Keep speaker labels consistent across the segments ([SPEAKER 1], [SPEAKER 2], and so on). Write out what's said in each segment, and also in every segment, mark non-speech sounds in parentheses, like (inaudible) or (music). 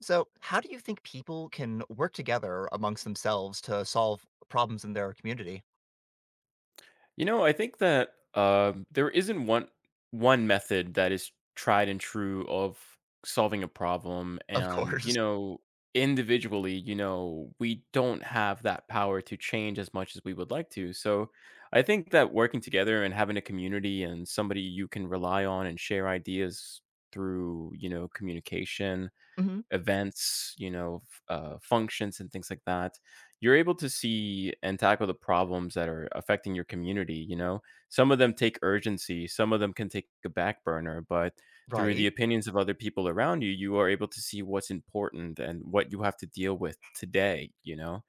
[SPEAKER 1] So, how do you think people can work together amongst themselves to solve problems in their community?
[SPEAKER 2] You know, I think that there isn't one method that is tried and true of solving a problem,
[SPEAKER 1] Of
[SPEAKER 2] and you
[SPEAKER 1] course.
[SPEAKER 2] know, individually, you know, we don't have that power to change as much as we would like to. So, I think that working together and having a community and somebody you can rely on and share ideas through, you know, communication
[SPEAKER 1] Mhm.
[SPEAKER 2] events, you know, functions and things like that, you're able to see and tackle the problems that are affecting your community. You know, some of them take urgency, some of them can take a back burner, but through the
[SPEAKER 1] Right.
[SPEAKER 2] opinions of other people around you, you are able to see what's important and what you have to deal with today, you know?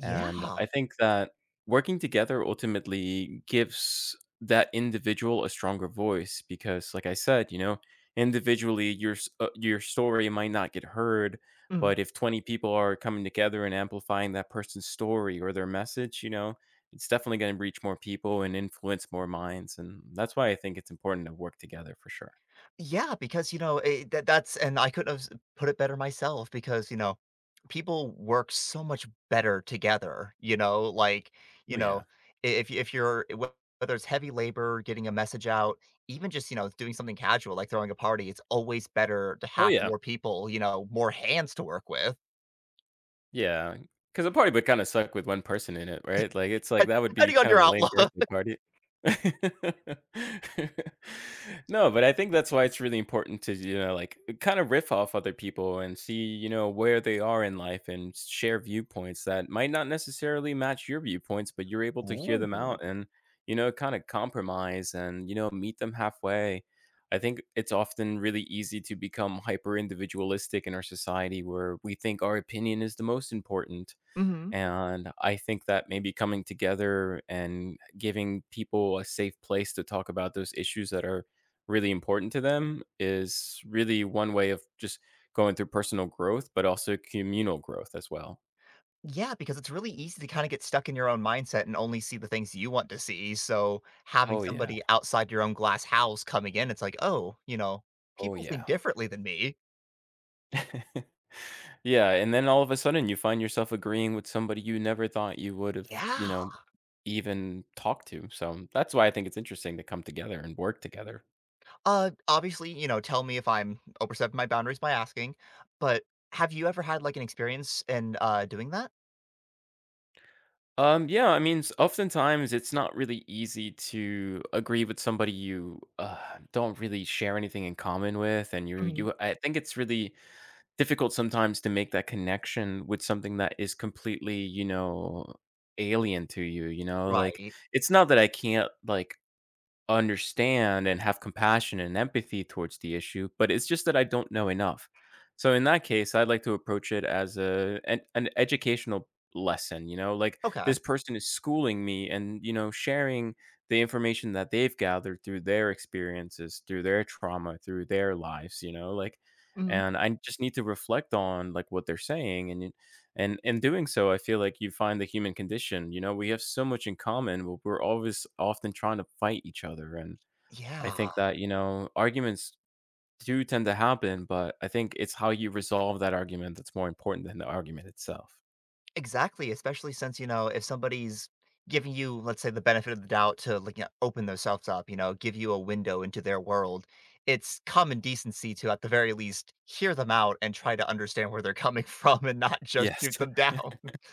[SPEAKER 2] And I think that working together ultimately gives that individual a stronger voice because, like I said, you know, individually your story might not get heard,
[SPEAKER 1] Mhm.
[SPEAKER 2] but if 20 people are coming together and amplifying that person's story or their message, you know, it's definitely going to reach more people and influence more minds. And that's why I think it's important to work together for sure.
[SPEAKER 1] Yeah, because, that's and I couldn't have s put it better myself because, people work so much better together, you
[SPEAKER 2] Oh yeah.
[SPEAKER 1] know, I if y- if you're wh whether it's heavy labor, getting a message out, even just, doing something casual like throwing a party, it's always better to
[SPEAKER 2] Oh
[SPEAKER 1] have
[SPEAKER 2] yeah.
[SPEAKER 1] more people, more hands to work with.
[SPEAKER 2] Yeah, because a party would kinda suck with one person in it, right? Like, it's like that
[SPEAKER 1] (laughs)
[SPEAKER 2] would be
[SPEAKER 1] Depending on
[SPEAKER 2] kind of
[SPEAKER 1] your
[SPEAKER 2] a lame
[SPEAKER 1] outlook.
[SPEAKER 2] birthday party. (laughs) No, but I think that's why it's really important to, you know, like, kinda riff off other people and see, you know, where they are in life and share viewpoints that might not necessarily match your viewpoints, but you're able to hear
[SPEAKER 1] Ooh.
[SPEAKER 2] them out and, you know, kinda compromise and, you know, meet them halfway. I think it's often really easy to become hyper individualistic in our society where we think our opinion is the most important.
[SPEAKER 1] Mhm.
[SPEAKER 2] And I think that maybe coming together and giving people a safe place to talk about those issues that are really important to them is really one way of just going through personal growth, but also communal growth as well.
[SPEAKER 1] Yeah, because it's really easy to kinda get stuck in your own mindset and only see the things you want to see, so having
[SPEAKER 2] Oh, yeah.
[SPEAKER 1] somebody outside your own glass house coming in, it's like, "Oh,
[SPEAKER 2] Oh,
[SPEAKER 1] people think
[SPEAKER 2] yeah.
[SPEAKER 1] differently than me."
[SPEAKER 2] (laughs) Yeah, and then all of a sudden you find yourself agreeing with somebody you never thought you would have, you
[SPEAKER 1] Yeah.
[SPEAKER 2] know, even talked to. So that's why I think it's interesting to come together and work together.
[SPEAKER 1] Obviously, tell me if I'm overstepping my boundaries by asking, but have you ever had, like, an experience in, doing that?
[SPEAKER 2] Yeah, I mean, oftentimes it's not really easy to agree with somebody you don't really share anything in common with, and you,
[SPEAKER 1] Mhm.
[SPEAKER 2] you, I think it's really difficult sometimes to make that connection with something that is completely, you know, alien to you. You know, like
[SPEAKER 1] Right.
[SPEAKER 2] it's not that I can't like understand and have compassion and empathy towards the issue, but it's just that I don't know enough. So in that case, I'd like to approach it as an educational lesson, you know, like
[SPEAKER 1] Okay.
[SPEAKER 2] this person is schooling me and you know sharing the information that they've gathered through their experiences, through their trauma, through their lives, you know, like
[SPEAKER 1] Mhm.
[SPEAKER 2] and I just need to reflect on like what they're saying and in doing so, I feel like you find the human condition. You know, we have so much in common, but we're always often trying to fight each other. And I
[SPEAKER 1] Yeah.
[SPEAKER 2] think that, you know, arguments do tend to happen, but I think it's how you resolve that argument that's more important than the argument itself.
[SPEAKER 1] Exactly, especially since, if somebody's giving you, let's say, the benefit of the doubt to like open themselves up, give you a window into their world, it's common decency to at the very least hear them out and try to understand where they're coming (laughs) from and not just
[SPEAKER 2] Yes.
[SPEAKER 1] shoot them down. (laughs)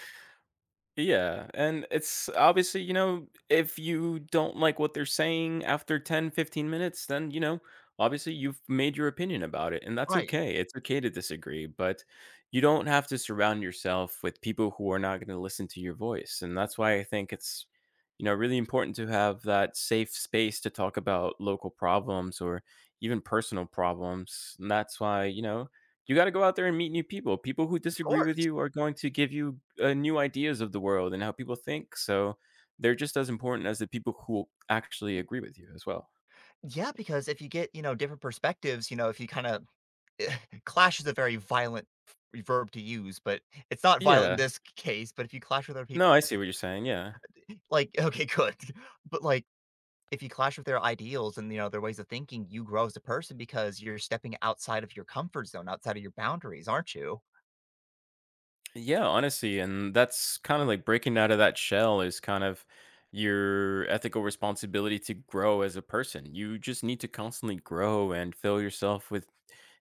[SPEAKER 2] Yeah, and it's obviously, you know, if you don't like what they're saying after 10 or 15 minutes, then, you know, obviously you've made your opinion about it, and that's
[SPEAKER 1] Right.
[SPEAKER 2] okay. It's okay to disagree, but you don't have to surround yourself with people who are not going to listen to your voice. And that's why I think it's, you know, really important to have that safe space to talk about local problems or even personal problems. And that's why, you know, you gotta go out there and meet new people. People who
[SPEAKER 1] Of
[SPEAKER 2] disagree with
[SPEAKER 1] course.
[SPEAKER 2] you are going to give you, new ideas of the world and how people think, so they're just as important as the people who actually agree with you as well.
[SPEAKER 1] Yeah, because if you get, different perspectives, if you kind of (laughs) clash is a very violent verb to use, but it's not violent in
[SPEAKER 2] Yeah.
[SPEAKER 1] this case, but if you clash with other
[SPEAKER 2] No,
[SPEAKER 1] people,
[SPEAKER 2] I see what you're saying, yeah.
[SPEAKER 1] like, okay, good. (laughs) But like if you clash with their ideals and you know their ways of thinking, you grow as a person because you're stepping outside of your comfort zone, outside of your boundaries, aren't you?
[SPEAKER 2] Yeah, honestly, and that's kind of like breaking out of that shell is kind of your ethical responsibility to grow as a person. You just need to constantly grow and fill yourself with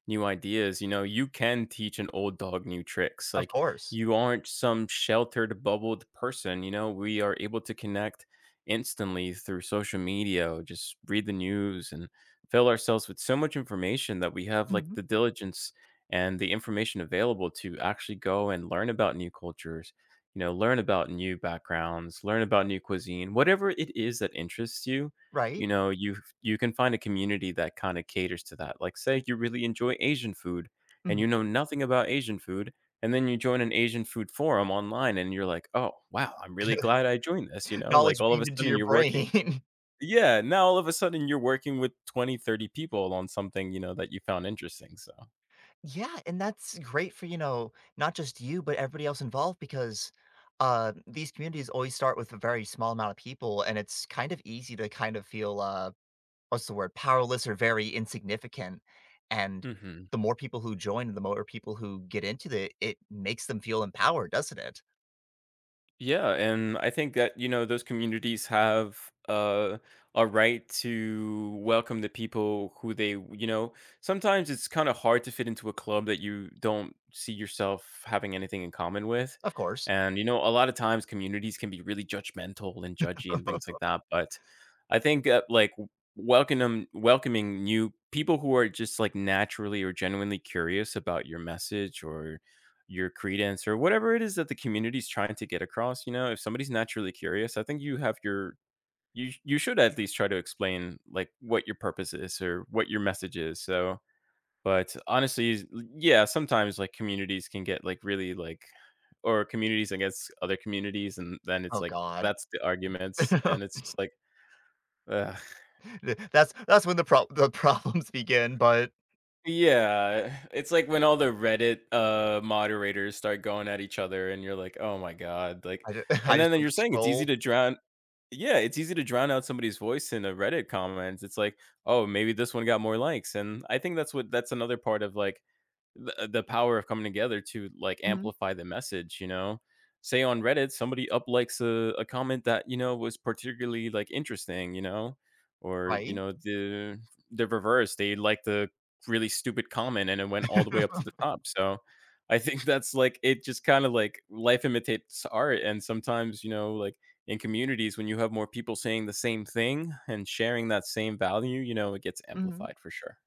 [SPEAKER 2] new ideas. You know, you can teach an old dog new tricks.
[SPEAKER 1] Of
[SPEAKER 2] Like
[SPEAKER 1] course.
[SPEAKER 2] you aren't some sheltered, bubbled person. You know, we are able to connect instantly through social media, or just read the news and fill ourselves with so much information that we have like
[SPEAKER 1] Mhm.
[SPEAKER 2] the diligence and the information available to actually go and learn about new cultures, you know, learn about new backgrounds, learn about new cuisine, whatever it is that interests you, you
[SPEAKER 1] Right?
[SPEAKER 2] know, you can find a community that kind of caters to that. Like say you really enjoy Asian food and
[SPEAKER 1] Mhm.
[SPEAKER 2] you know nothing about Asian food, and then you join an Asian food forum online and you're like, "Oh, wow, I'm really glad I joined this," you
[SPEAKER 1] (laughs)
[SPEAKER 2] know? Like
[SPEAKER 1] Knowledge
[SPEAKER 2] all of a
[SPEAKER 1] beamed into
[SPEAKER 2] sudden
[SPEAKER 1] your
[SPEAKER 2] you're working
[SPEAKER 1] brain. (laughs)
[SPEAKER 2] yeah, now all of a sudden you're working with 20, 30 people on something, you know, that you found interesting, so.
[SPEAKER 1] Yeah, and that's great for you know not just you but everybody else involved because these communities always start with a very small amount of people, and it's kind of easy to kind of feel what's the word? Powerless or very insignificant, and
[SPEAKER 2] Mhm.
[SPEAKER 1] the more people who join, the more people who get into it, it makes them feel empowered, doesn't it?
[SPEAKER 2] Yeah, and I think that you know those communities have uh, a right to welcome the people who they you know. Sometimes it's kind of hard to fit into a club that you don't see yourself having anything in common with,
[SPEAKER 1] Of course.
[SPEAKER 2] and you know a lot of times communities can be really judgmental and judgy and things like that. But I think like welcoming new people who are just like naturally or genuinely curious about your message or your credence or whatever it is that the community's trying to get across, you know, if somebody's naturally curious, I think you have your you sh- you should at least try to explain like what your purpose is or what your message is. So, but honestly, yeah, sometimes like communities can get like really like or communities against other communities and then it's
[SPEAKER 1] Oh
[SPEAKER 2] like
[SPEAKER 1] god.
[SPEAKER 2] that's the arguments and
[SPEAKER 1] (laughs)
[SPEAKER 2] it's just like Ugh.
[SPEAKER 1] Th that's when the (laughs) problems begin, but
[SPEAKER 2] Yeah, it's like when all the Reddit moderators start going at each other and you're like, "Oh my God." Like
[SPEAKER 1] I ju (laughs)
[SPEAKER 2] and
[SPEAKER 1] I just
[SPEAKER 2] then
[SPEAKER 1] want
[SPEAKER 2] you're
[SPEAKER 1] to
[SPEAKER 2] saying it's easy
[SPEAKER 1] scroll.
[SPEAKER 2] to drown Yeah, it's easy to drown out somebody's voice in a Reddit comments. It's like, oh, maybe this one got more likes. And I think that's another part of like the power of coming together to like
[SPEAKER 1] Mhm.
[SPEAKER 2] amplify the message, you know? Say on Reddit, somebody up likes a comment that, you know, was particularly like interesting, you know? Or, you
[SPEAKER 1] Right?
[SPEAKER 2] know, the reverse, they liked the really stupid comment and it went all the way up to
[SPEAKER 1] (laughs)
[SPEAKER 2] the top. So I think (laughs) that's like it just kind of like life imitates art. And sometimes, you know, like in communities when you have more people saying the same thing and sharing that same value, you know, it gets
[SPEAKER 1] Mhm.
[SPEAKER 2] amplified for sure.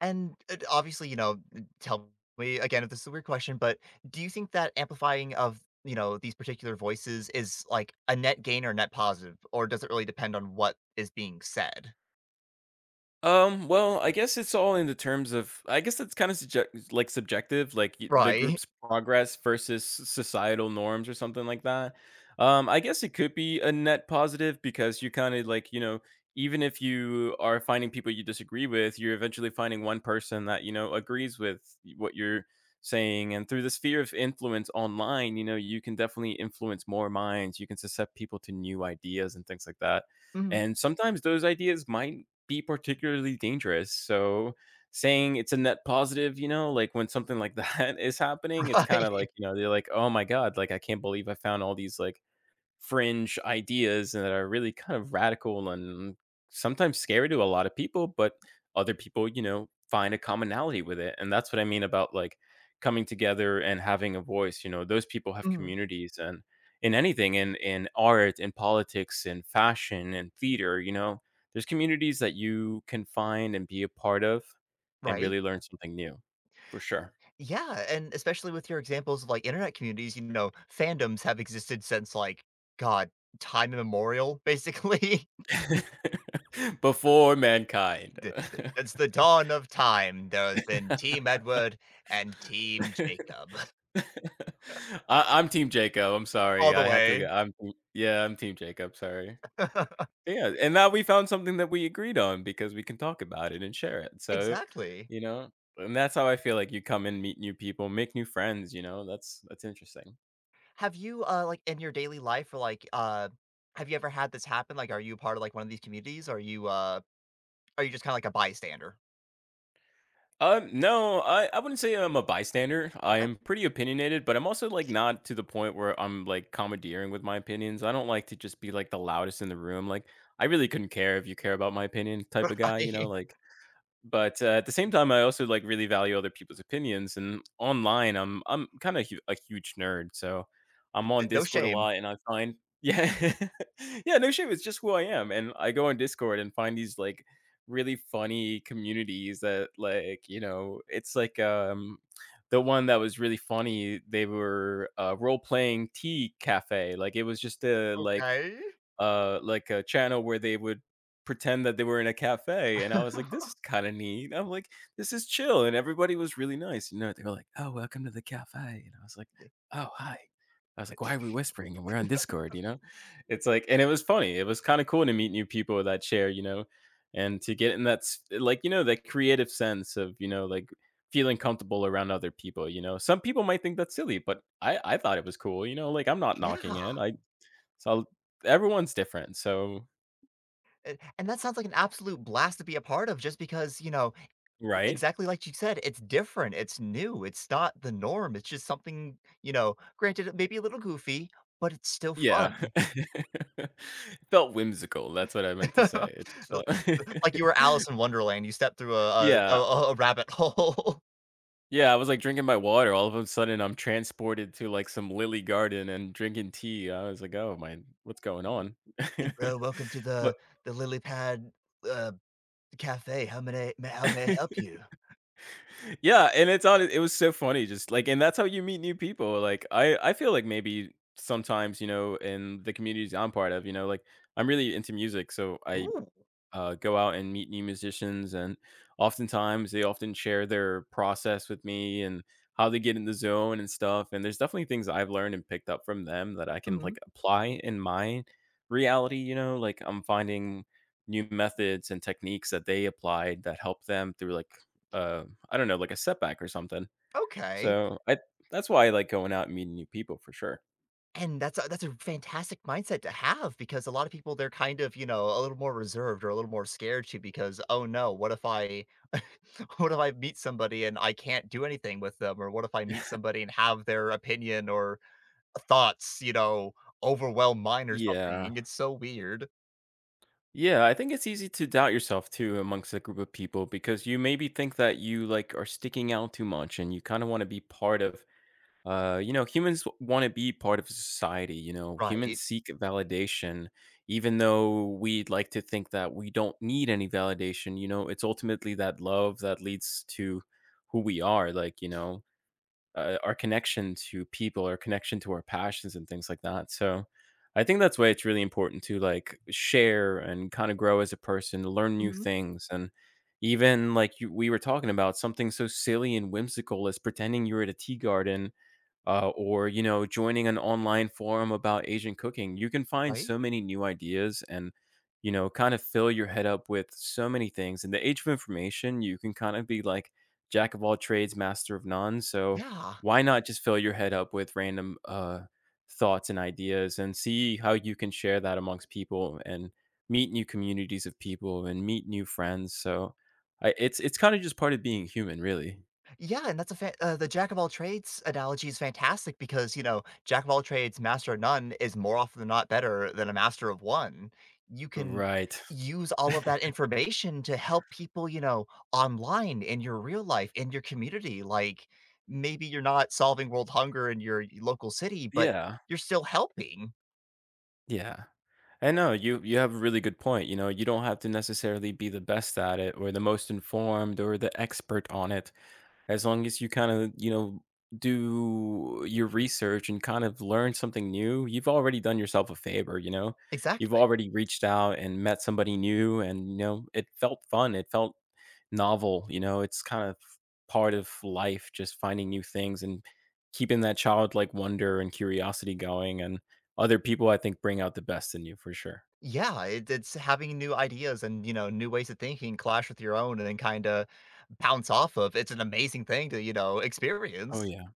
[SPEAKER 1] And, obviously, tell me again if this is a weird question, but do you think that amplifying of, these particular voices is, like, a net gain or net positive, or does it really depend on what is being said?
[SPEAKER 2] Well, I guess it's all in the terms of I guess it's kind of subjective, like the
[SPEAKER 1] Right.
[SPEAKER 2] group's progress versus societal norms or something like that. I guess it could be a net positive because you kind of like, you know, even if you are finding people you disagree with, you're eventually finding one person that, you know, agrees with what you're saying. And through the sphere of influence online, you know, you can definitely influence more minds. You can suscept people to new ideas and things like that
[SPEAKER 1] Mhm.
[SPEAKER 2] and sometimes those ideas might be particularly dangerous. So saying it's a net positive, you know, like when something like that (laughs) is happening,
[SPEAKER 1] (laughs)
[SPEAKER 2] it's kind of
[SPEAKER 1] Right.
[SPEAKER 2] like, you know, they're like, oh my God, like I can't believe I found all these like fringe ideas and that are really kind of radical and sometimes scary to a lot of people, but other people, you know, find a commonality with it. And that's what I mean about like coming together and having a voice. You know, those people have
[SPEAKER 1] Mhm.
[SPEAKER 2] communities and in anything, in art, in politics, in fashion, in theater, you know, there's communities that you can find and be a part of and
[SPEAKER 1] Right.
[SPEAKER 2] really learn something new for sure.
[SPEAKER 1] Yeah, and especially with your examples of, like, internet communities, fandoms have existed since, like, god, time immemorial, basically. (laughs)
[SPEAKER 2] (laughs) Before mankind.
[SPEAKER 1] The since the dawn of time, there has been Team Edward and Team Jacob
[SPEAKER 2] (laughs)
[SPEAKER 1] (laughs)
[SPEAKER 2] (laughs) I I'm team Jacob, I'm sorry,
[SPEAKER 1] all the
[SPEAKER 2] I have to
[SPEAKER 1] way.
[SPEAKER 2] I I'm yeah, I'm team Jacob, sorry.
[SPEAKER 1] (laughs)
[SPEAKER 2] Yeah, and now we found something that we agreed on because we can talk about it and share it, so,
[SPEAKER 1] Exactly.
[SPEAKER 2] you know? And that's how I feel like you come and meet new people, make new friends, you know? That's interesting.
[SPEAKER 1] Have you, like, in your daily life or, like, have you ever had this happen? Like, are you part of, like, one of these communities? Or are you, are you just kinda like a bystander?
[SPEAKER 2] No, I wouldn't say I'm a bystander. I
[SPEAKER 1] Okay.
[SPEAKER 2] am pretty opinionated, but I'm also, like, not to the point where I'm, like, commandeering with my opinions. I don't like to just be, like, the loudest in the room, like, I really couldn't care if you care about my opinion type of guy, you know,
[SPEAKER 1] (laughs)
[SPEAKER 2] like, but at the same time, I also like really value other people's opinions. And online, I'm kind of a huge nerd, so I'm on
[SPEAKER 1] No
[SPEAKER 2] Discord a
[SPEAKER 1] shame.
[SPEAKER 2] lot, and I find yeah, (laughs) yeah, no shit, it's just who I am. And I go on Discord and find these, like, really funny communities that, like, you know, it's like the one that was really funny. They were role playing tea cafe, like it was just a
[SPEAKER 1] Okay.
[SPEAKER 2] like a channel where they would pretend that they were in a cafe, and I was like, "This is kinda neat." I'm like, "This is chill," and everybody was really nice, you know, they were like, "Oh, welcome to the cafe," and I was like, "Oh, hi." I was like, "Why are we whispering and we're on Discord," you know? It's like, and it was funny, it was kinda cool to meet new people that share, you know, and to get in that s like, you know, that creative sense of, you know, like, feeling comfortable around other people, you know? Some people might think that's silly, but I thought it was cool, you know? Like, I'm not
[SPEAKER 1] Yeah,
[SPEAKER 2] knocking it. I so, everyone's different, so
[SPEAKER 1] a and that sounds like an absolute blast to be a part of just because,
[SPEAKER 2] right?
[SPEAKER 1] exactly like you said, it's different, it's new, it's not the norm, it's just something, granted it may be a little goofy, but it's still
[SPEAKER 2] Yeah.
[SPEAKER 1] fun.
[SPEAKER 2] (laughs) It felt whimsical, that's what I meant to say,
[SPEAKER 1] (laughs)
[SPEAKER 2] it just felt
[SPEAKER 1] Like you were
[SPEAKER 2] (laughs)
[SPEAKER 1] Alice in Wonderland, you stepped through
[SPEAKER 2] yeah,
[SPEAKER 1] a rabbit hole.
[SPEAKER 2] yeah, I was, like, drinking my water, all of a sudden, I'm transported to, like, some lily garden and drinking tea, I was like, "Oh my, what's going on?"
[SPEAKER 1] (laughs)
[SPEAKER 2] (laughs)
[SPEAKER 1] "Hey, bro, welcome to
[SPEAKER 2] But
[SPEAKER 1] the lily pad, uh, cafe. How may I help
[SPEAKER 2] (laughs)
[SPEAKER 1] you?"
[SPEAKER 2] yeah, and it's on. It was so funny, just, like, and that's how you meet new people, like, I feel like maybe sometimes, you know, in the communities I'm part of, you know, like, I'm really into music, so I
[SPEAKER 1] Ooh.
[SPEAKER 2] go out and meet new musicians, and oftentimes they often share their process with me and how they get in the zone and stuff. And there's definitely things I've learned and picked up from them that I can,
[SPEAKER 1] Mhm.
[SPEAKER 2] like, apply in my reality. You know, like, I'm finding new methods and techniques that they applied that help them through like I don't know, like a setback or something.
[SPEAKER 1] Okay,
[SPEAKER 2] So I that's why I like going out and meeting new people for sure.
[SPEAKER 1] and that's a fantastic mindset to have because a lot of people, they're kind of, a little more reserved or a little more scared too because, "Oh, no, what if I (laughs) what if I meet somebody and I can't do anything with them?" Or, "What if I meet
[SPEAKER 2] (laughs)
[SPEAKER 1] somebody and have their opinion or thoughts, overwhelm mine or
[SPEAKER 2] Yeah.
[SPEAKER 1] something, it's so weird.
[SPEAKER 2] Yeah, I think it's easy to doubt yourself too amongst a group of people because you maybe think that you, like, are sticking out too much and you kind of want to be part of you know, humans want to be part of society, you know. Humans
[SPEAKER 1] Right.
[SPEAKER 2] seek validation even though we'd like to think that we don't need any validation, you know. It's ultimately that love that leads to who we are, like, you know, our connection to people, our connection to our passions and things like that. So I think that's why it's really important to, like, share and kind of grow as a person, learn new
[SPEAKER 1] Mhm.
[SPEAKER 2] things and even like you, we were talking about something so silly and whimsical as pretending you're at a tea garden or, you know, joining an online forum about asian cooking. You can find
[SPEAKER 1] Right?
[SPEAKER 2] so many new ideas and, you know, kind of fill your head up with so many things in the age of information. You can kind of be like jack of all trades master of none, so
[SPEAKER 1] Yeah.
[SPEAKER 2] why not just fill your head up with random thoughts and ideas and see how you can share that amongst people and meet new communities of people and meet new friends, so I, it's kind of just part of being human, really
[SPEAKER 1] Yeah, and that's a fa the jack of all trades analogy is fantastic because, jack of all trades, master of none is more often than not better than a master of one. You can
[SPEAKER 2] right.
[SPEAKER 1] use all of that information to help people, online, in your real life, in your community, like, maybe you're not solving world hunger in your local city,
[SPEAKER 2] (laughs)
[SPEAKER 1] but
[SPEAKER 2] Yeah,
[SPEAKER 1] you're still helping.
[SPEAKER 2] yeah, I know, you have a really good point. You know, you don't have to necessarily be the best at it or the most informed or the expert on it. As long as you kinda, you know, do your research and kind of learn something new, you've already done yourself a favor, you know? You've
[SPEAKER 1] Exactly.
[SPEAKER 2] already reached out and met somebody new and, you know, it felt fun, it felt novel, you know? It's kind of part of life, just finding new things and keeping that childlike wonder and curiosity going, and other people, I think, bring out the best in you for sure.
[SPEAKER 1] Yeah, it's having new ideas and you know new ways of thinking clash with your own, and then kind of bounce off of. It's an amazing thing to you know
[SPEAKER 2] Oh,
[SPEAKER 1] experience.
[SPEAKER 2] yeah.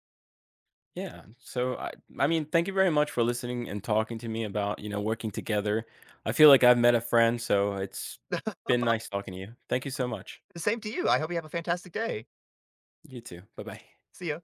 [SPEAKER 2] Yeah. So I mean, thank you very much for listening and talking to me about, you know, working together. I feel like I've met a friend, so it's been nice talking to you. Thank you so much.
[SPEAKER 1] Same to you. I hope you have a fantastic day.
[SPEAKER 2] You too. Bye-bye.
[SPEAKER 1] See ya.